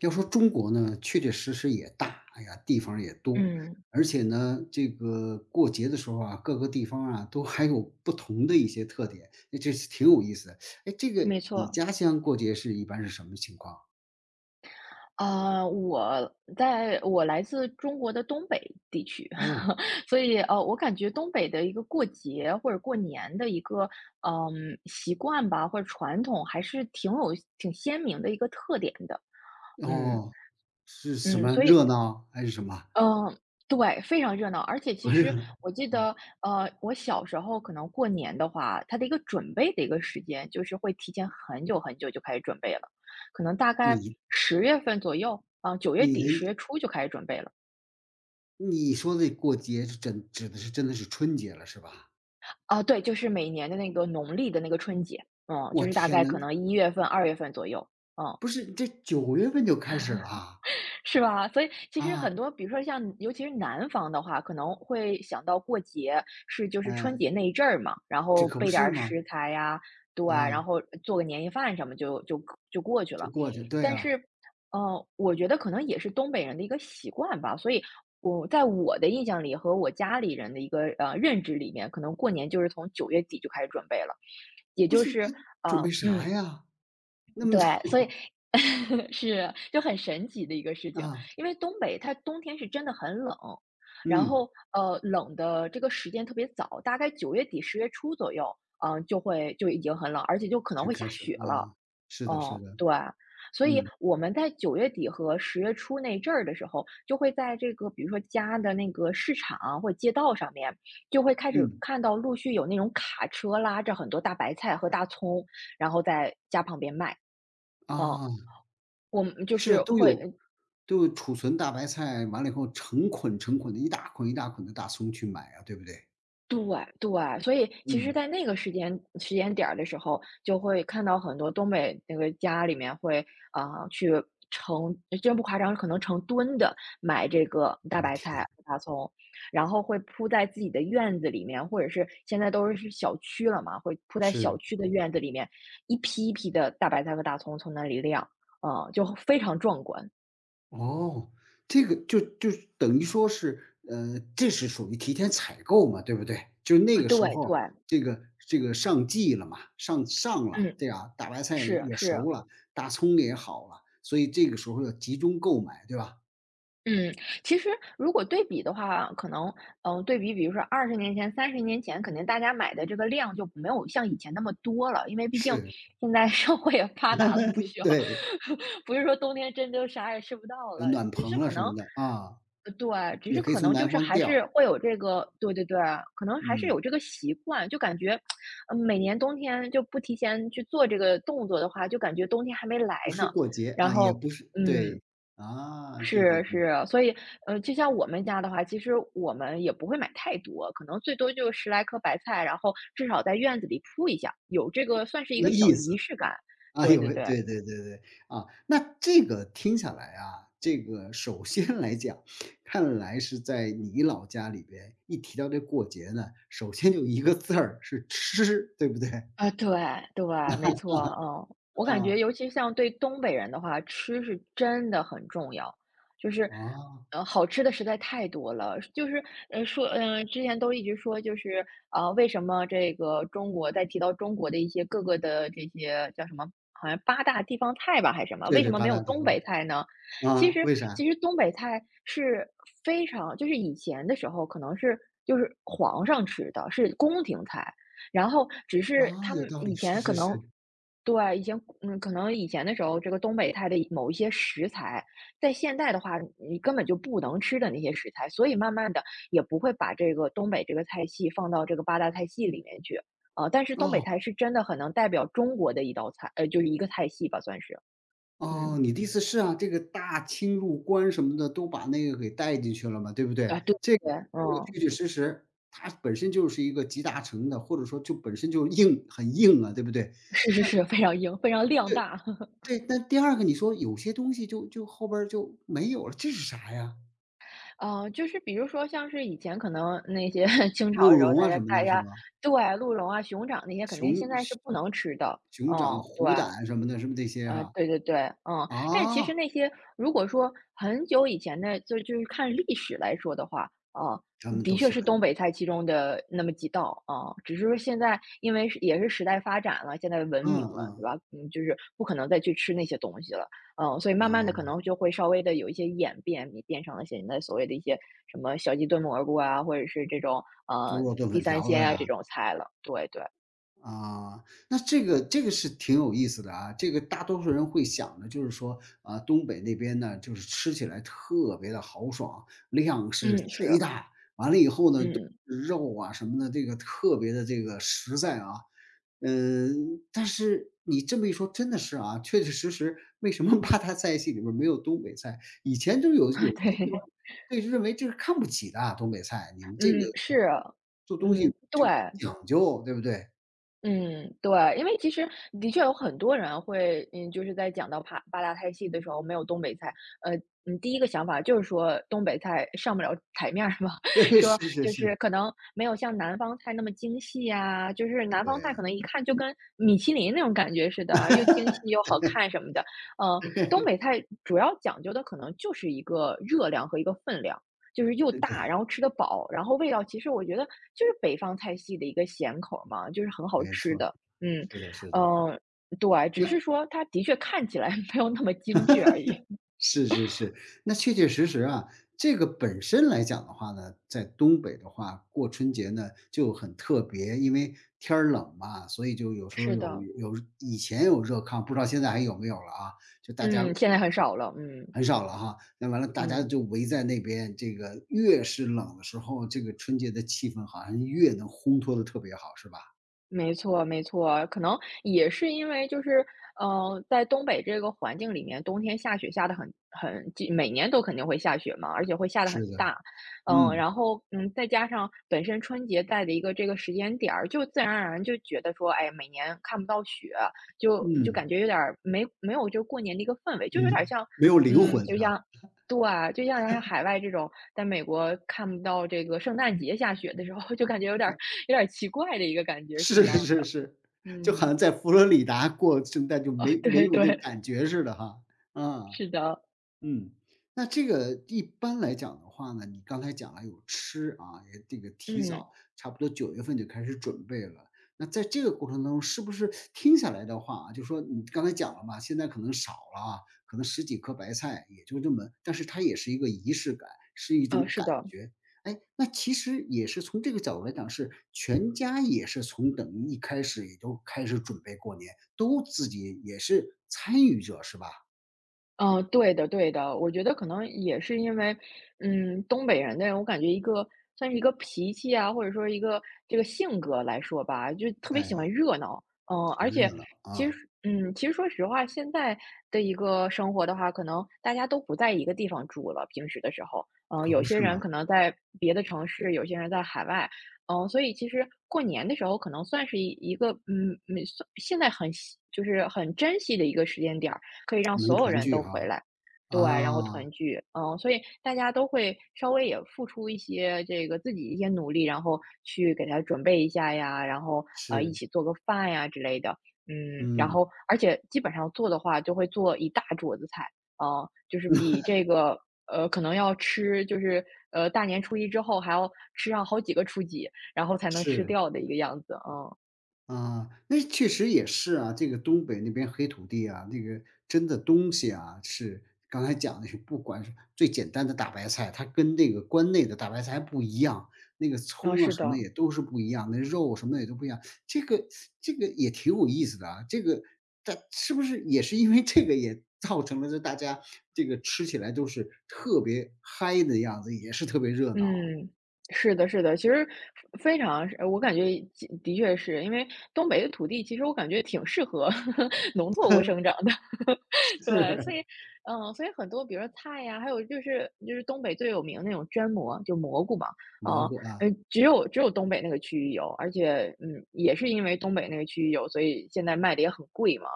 要说中国呢，确确实实也大，哎呀，地方也多，嗯，而且呢，这个过节的时候啊，各个地方啊都还有不同的一些特点，哎，这是挺有意思的。哎，这个没你错。家乡过节一般是什么情况？啊，我来自中国的东北地区。哦，所以我感觉东北的一个过节或者过年的一个习惯吧，或者传统，还是挺鲜明的一个特点的。嗯哦，是什嗯，么所以热闹还是什么？嗯，对，非常热闹。而且其啊，热实闹。我记得，我小时候可能过年的话，它的一个准备的一个时间，就是会提前很久很久就开始准备了，可能大概你10月份左右，九月你底十的月初就开始准备了。你说的过节真的是春节了是吧？对，就是每年的那个农历的那个春节，嗯，就我是大天概呐，可能1月份、2月份左右，嗯。不是这九月份就开始了啊？是吧？所以其实啊，很多，比如说像尤其是南方的话，可能会想到过节是就是春哎，节那一阵儿嘛，然这后可不备点是儿吗？食材呀。对啊，然啊。后做个年夜饭什么就过去就了。过去，对但呀，是，我觉得可能也是东北人的一个习惯吧，所以我在我的印象里和我家里人的一个认知里面，可能过年就是从九月底就开始准备了，也不就是是这准呃备嗯啥呀？那么对，所以 多 是就很神奇的一个事 情。啊，因为东北它冬天是真的很冷，然嗯，后冷的这个时间特别早，大概九月底十月初左右，嗯、呃就会就已经很冷，而且就可能就会下开始雪了了。啊，是的是嗯，的，对，所以嗯，我们在九月底和十月初那一阵儿的时候，就会在这个比如说家的那个市场啊或者街道上面，就会开始嗯，看到陆续有那种卡车拉着很多大白菜和大葱，然后在家旁边卖。嗯，啊，我们就是啊是都会有呃都有储存大白菜，完了以后成捆成捆的一大捆一大捆的大葱去买啊，对不对？对对，所以其实嗯，在那个时间点儿的时候，就会看到很多东北那个家里面会，啊，呃去成真不夸张，可能成吨的买这个大我的白菜天，大葱，然后会铺在自己的院子里面，或者是现在都是小区了嘛，会铺在小是。区的院子里面，一批一批的大白菜和大葱从那里晾，嗯，就非常壮观。哦，这个就等于说是，这是属于提前采购嘛，对不对？就那个对时候，对，这个这个上季了嘛，上了，嗯，对啊，大白菜是也是。熟了，大葱也好了，所以这个时候要集中购买，对吧？嗯，其实如果对比的话，可能，嗯，对比比如说20年前、30年前，肯定大家买的这个量就没有像以前那么多了，因为毕竟是，现在 社会也发达了不需要。对，不是说冬天真就啥也吃不到了，暖只是棚了可什能么的啊，对，只也是可以可从能南就是方还调，是会有这个，对对对，可能还是有嗯，这个习惯，就感觉，每年冬天就不提前去做这个动作的话，就感觉冬天还没来不呢，是过节然啊，也后不是嗯。对，啊，对对是是对，啊，所以，就像我们家的话，其实我们也不会买太多，可能最多就十来颗白菜，然后至少在院子里铺一下，有这个算是这一个个小意仪思。式感。啊，对对对。对对对对，啊，那这个听下来啊，这个首先 来讲，看来是在你老家里边，一提到这过节呢，首先就一个字儿是吃，对不对？啊，对对，没错，嗯，我感啊，觉尤其像对东北人的话，吃是真的很重要。就是，啊，好吃的实在太多了。就是，之前都一直说，就是，为什么这个中国，在提到中国的一些各个的这些叫什么，好像八大地方菜吧，还是什么，对为什对，么没八有大地东北菜呢？方，其啊，实，为啥？其实东北菜是非常，就是以前的时候可能是就是皇上吃的，是宫廷菜。然后只是啊，他有们道以理，是前可是能，是，对，以前，可能以前的时候，这个东北菜的某一些食材，在现代的话，你根本就不能吃的那些食材，所以慢慢的也不会把这个东北这个菜系放到这个八大菜系里面去。但是东北哦。菜是真的很能代表中国的一道菜，就是一个菜系吧，算是。嗯，哦，你的意思是啊，这个大清入关什么的都把那个给带进去了嘛，对不啊，对？对对这个对，这个嗯，确确实实，它本身就是一个集大成的，或者说就本身就硬很硬啊，对不对？是是是，非常硬，非常量对大。对，那第二个你说有些东西就后边儿就没有了，这是啥呀？就是比如说像是以前可能那些 清朝的鹿时候，茸大啊家什么大的，是家吗？对鹿茸啊、熊掌那些，肯定熊现在是熊不能吃的。熊掌、嗯，对，虎胆什么的，是不是这些哈？对对对，嗯，但是其啊，实那些如果说很久以前的，就是看历史来说的话，啊，他们的都确是是东很北菜其中的那么几道啊，只是说现在因为是也是时代发展了，现在文嗯明了，对嗯，吧？嗯，就是不可能再去吃那些东西了。嗯，所以慢慢的啊，可能就会稍微的有一些演变，你变成了现在所谓的一些什么小鸡炖蘑菇啊，或者是这种猪肉炖地粉三条子鲜啊呀。这种菜了，对对，啊，那这个是挺有意思的啊。这个大多数人会想的就是说，啊，东北那边呢，就是吃起来特别的豪爽，量是嗯，贼是，大，完了以后呢，都嗯。是肉啊什么的，这个特别的这个实在啊。嗯，但是你这么一说，真的是啊，确确实实，为什么八大菜系里边没有东北菜？以前就有有 些地方对。对认为这是看不起的啊，东北菜，你们这个嗯，是，做东西嗯，对，就讲究，对不对？嗯，对，因为其实的确有很多人会，嗯，就是在讲到八大菜系的时候，没有东北菜，呃，第一个想法就是说东北菜上不了台面儿嘛。对，说是是就是是，可能没有像南方菜那么精细呀，就是南方菜可对，能一看就跟米其林那种感觉似的，又精细又好看什么的。呃，东北 菜主要讲究的可能就是一个热量和一个分量。就是又对大，对然后吃得饱，然后味道其实我觉得就是北方菜系的一个咸口嘛，就是很好没吃错，的。嗯是的是嗯，的，对，只那是说它的确看起来 没有那么精致而已。是是是，那确确实实啊，这个本身来讲的话呢，在东北的话，过春节呢就很特别，因为天儿冷嘛，所以就有 时候是的。以前有热炕，不知道现在还有没有了啊，就大家嗯，现在很少了，嗯，很少了哈，那完了大家嗯。就围在那边，这个越是冷的时候，这个春节的气氛好像越能烘托的特别好，是吧？没错，没错，可能也是因为就是，在东北这个环境里面，冬天下雪下得就每年都肯定会下雪嘛，而且会下得很是的，大。嗯，嗯，然后再加上本身春节在的一个这个时间点儿，就自然而然就觉得说，哎，每年看不到雪，就嗯。感觉有点儿没有就过年的一个氛围，就有点嗯，像，没有灵嗯，魂就是吧？像，对，就像海外这种，在美国看不到这个圣诞节下雪的时候，就感觉有点儿奇怪的一个感 觉是一是样是的。是，就好嗯，像在佛罗里达过圣诞就没 没对有那个对，感觉似的哈，啊。是的，嗯，那这个一般来讲的话呢，你刚才讲了有吃啊，也这个提早嗯，差不多九月份就开始准备了。那在这个过程当中，是不是听下来的话啊，就说你刚才讲了嘛，现在可能少了啊，可能十几颗白菜也就这么，但是它也是一个仪式感，是一种是感的。觉。哎，那其实也是从这个角度来讲，是全家也是从等于一开始也都开始准备过年，都自己也是参与者是吧？嗯，对的对的，我觉得可能也是因为，嗯，东北人的人，我感觉算是一个脾气啊，或者说一个这个性格来说吧，就特别喜哎，欢热闹。嗯，挺而热且闹其实，啊。其实说实话，现在的一个生活的话，可能大家都不在一个地方住了，平时的时候，嗯，可有不些是人嘛，可能在别的城市，有些人在海外。嗯，所以其实过年的时候可能算是一个，没算现在就是很珍惜的一个时间点儿。可以让能所有团人聚都回哈，来，对，然后啊，团聚，嗯，所以大家都会稍微也付出一些这个自己一些努力，然后去给他准备一下呀，然后一是，起做个饭呀之类的，嗯，然嗯，后而且基本上做的话就会做一大桌子菜。啊，就是比这个可能要吃就是大年初一之后还要吃上好几个初几，然后才能吃是。掉的一个样子，嗯啊，那确实也是啊，这个东北那边黑土地啊，那个真的东西啊，是刚才讲的是，不管是最简单的大白菜，它跟那个关内的大白菜还不一样，那个嗯，葱啊是什么的，也都是不一样，那肉什么也都不一样，这个这个也挺有意思的啊，但是不是也是因为这个也造成了这大家这个吃起来都是特别嗨的样子，也是特别热闹，嗯，是的，是的。其实非常是我感觉的确是因为东北的土地，其实我感觉挺适合 农作物生长的，对，所以，是嗯，所以很多，比如说菜呀，还有就是东北最有名那种绢蘑，就蘑菇嘛。啊，蘑菇啊，只有东北那个区域有，而且，嗯，也是因为东北那个区域有，所以现在卖的也很贵嘛，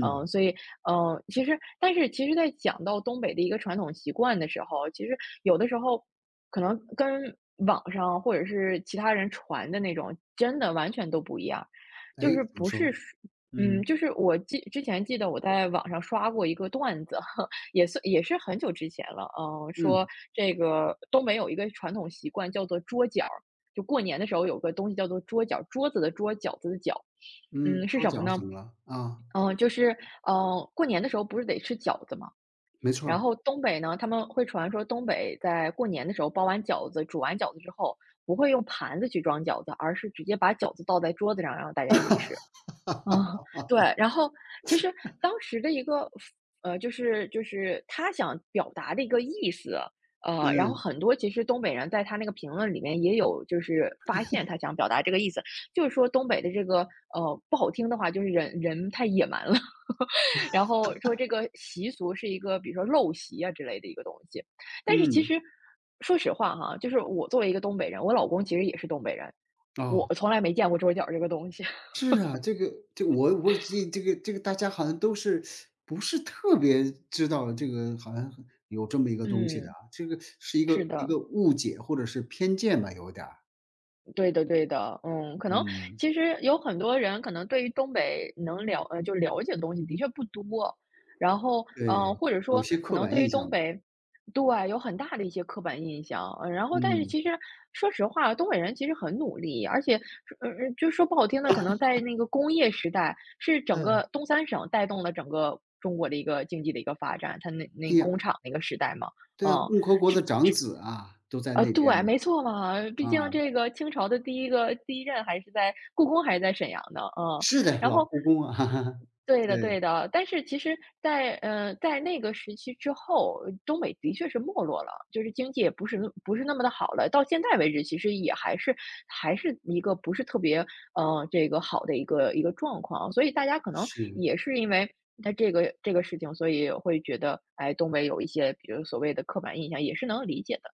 嗯，所以，嗯，其实，但是其实，在讲到东北的一个传统习惯的时候，其实有的时候。可能跟网上或者是其他人传的那种，真的完全都不一样。哎，就是怎么不说？是说嗯，嗯就是我记之前记得我在网上刷过一个段子，也算也是很久之前了，嗯，说嗯。这个东北有一个传统习惯叫做桌角儿，就过年的时候有个东西叫做桌角，桌子的桌，饺子的饺。嗯，嗯，是桌什么角呢？怎么了？啊，嗯，就是，嗯，过年的时候不是得吃饺子吗？没错然儿，后东北呢，他们会传说东北在过年的时候包完饺子、煮完饺子之后，不会用盘子去装饺子，而是直接把饺子倒在桌子上，然后大家一起吃。啊，对，然后其实当时的一个就是他想表达的一个意思，然后嗯，很多其实东北人在他那个评论里面也有就是发现他想表达这个意思，就是说东北的这个不好听的话，就是人人太野蛮了，然后说这个习俗是一个比如说陋习啊之类的一个东西。但是其嗯，实说实话哈，就是我作为一个东北人，我老公其实也是东北人，我哦，从来没见过桌角这个东西。是啊，这个这我我这这个这个大家好像都是不是特别知道这个好像有这么一个东西的嗯，啊，这个是一是个一的。个误解或者是偏见吧，有点儿，对的对的，嗯，可能嗯，其实有很多人可能对于东北能了呃，就了解的东西的确不多，然后，呃，对，或者有说些可刻能板对于印东象吧，北对，有很大的一些刻板印象。然后但是嗯，其实说实话，东北人其实很努力，而且就说不好听的，可能在那个工业时代，是整嗯。个东三省带动了整个中国的一个经济的一个发展，它那哎呀，工厂那个时代嘛，对啊，嗯。共和国的长子啊，都在呃，那边对，嘛，没错嘛，毕竟啊，这个清朝的第一任还是在故宫还是在沈阳的，嗯。是的，然老后故宫啊，对的对，对的，但是其实在，呃，在那个时期之后，东北的确是没落了，就是经济也不是那么的好了。到现在为止，其实也还是还是一个不是特别，呃，这个好的一个一个状况。所以大家可能是，也是因为他这个事情，所以会觉得，哎，东北有一些比如所谓的刻板印象，也是能理解的。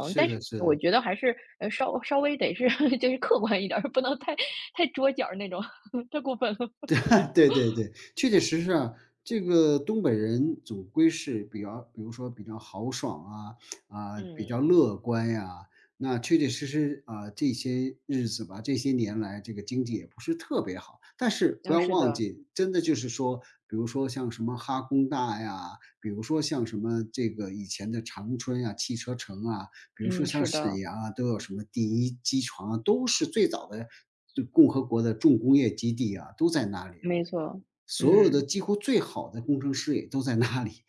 嗯，但是的是我的。觉得还是，呃，稍微得是 就是客观一点儿，不能太太捉脚儿那种，太过分了。对对对，确确实实啊，这个东北人总归是比如说比较豪爽啊，啊，比嗯。较乐观呀。那确确实实啊，这些日子吧，这些年来这个经济也不是特别好，但是不啊，要是忘的，记，真的就是说，比如说像什么哈工大呀，比如说像什么这个以前的长春呀，汽车城啊，比如说嗯，像是沈的，阳啊，都有什么第一机床啊，都是最早的就共和国的重工业基地啊，都在那里。没错，所有的嗯，几乎最好的工程师也都在那里。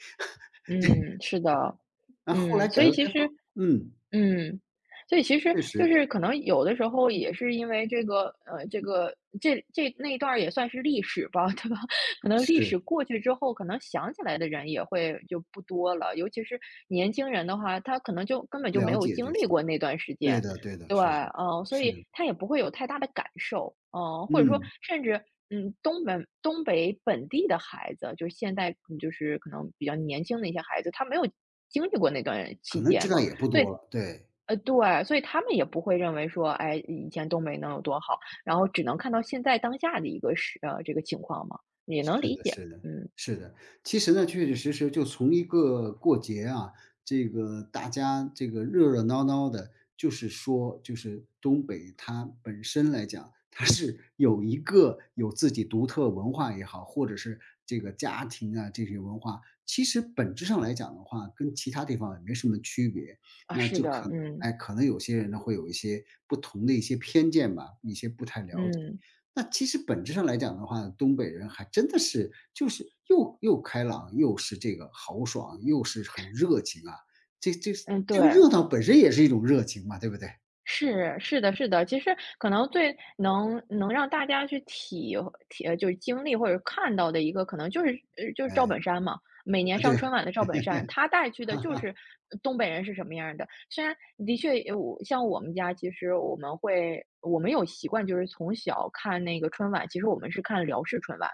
嗯，是的，那后来嗯，所改以革其开实，放嗯，嗯，所以其实确就实，是可能有的时候也是因为这个，呃，这那一段儿也算是历史吧，对吧？可能历是，史过去之后，可能想起来的人也会就不多了，尤其是年轻人的话，他可能就根本不就没了有解经这历些。过那段时对间，的对的，对，是是嗯，所是，是以的，他也不会有太大的感受，嗯，或者说嗯，甚至。嗯，东北本地的孩子，就是现在嗯就是可能比较年轻的一些孩子，他没有经历过那段可期能知间嘛，道也不所以多了，对。对，所以他们也不会认为说，哎，以前东北能有多好，然后只能看到现在当下的一个是呃，这个情况嘛，也能是理的，解，是的，嗯。是的。其实呢，确确实实就从一个过节啊，这个大家这个热热闹闹的，就是说，就是东北它本身来讲，它是 有一个有自己独特文化也好，或者是这个家庭啊这些文化，其实本质上来讲的话，跟其他地方也没什么区别。啊，那是就的。可嗯，哎，可能有些人呢会有一些不同的一些偏见吧，一些不太了解。嗯，那其实本质上来讲的话，东北人还真的是就是又开朗，又是这个豪爽，又是很热情啊。这这嗯，这个对。热闹本身也是一种热情嘛，对不对？是，是的，是的。其实可能最能让大家去体就是经历或者看到的一个，可能就是就是赵哎，本山嘛。每年啊，上春对 晚的赵本山，他 带去的就是东北人是什么样儿的。虽然的确，我像我们家，其实我们有习惯，就是从小看那个春晚，其实我们是看辽视春晚、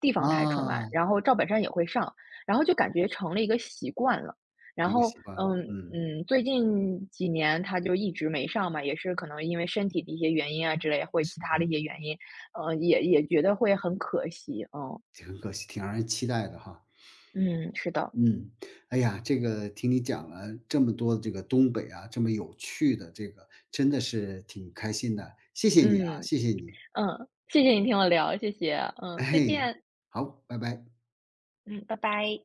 地方台春晚，啊，然后赵本山也会上，然后就感觉成了一个习惯了。然一个后，习惯了，嗯嗯，嗯，最近几年他就一直没上嘛，也是可能因为身体的一些原因啊之类，或者是其他的的，一些原因，也觉得会很可惜，嗯挺可惜，挺让人期待的哈。嗯，是的，嗯，哎呀，这个听你讲了这么多这个东北啊，这么有趣的这个，真的是挺开心的，谢谢你啊，嗯谢谢你，嗯，谢谢你听我聊，谢谢，哎，嗯，再见，好，拜拜。嗯，拜拜。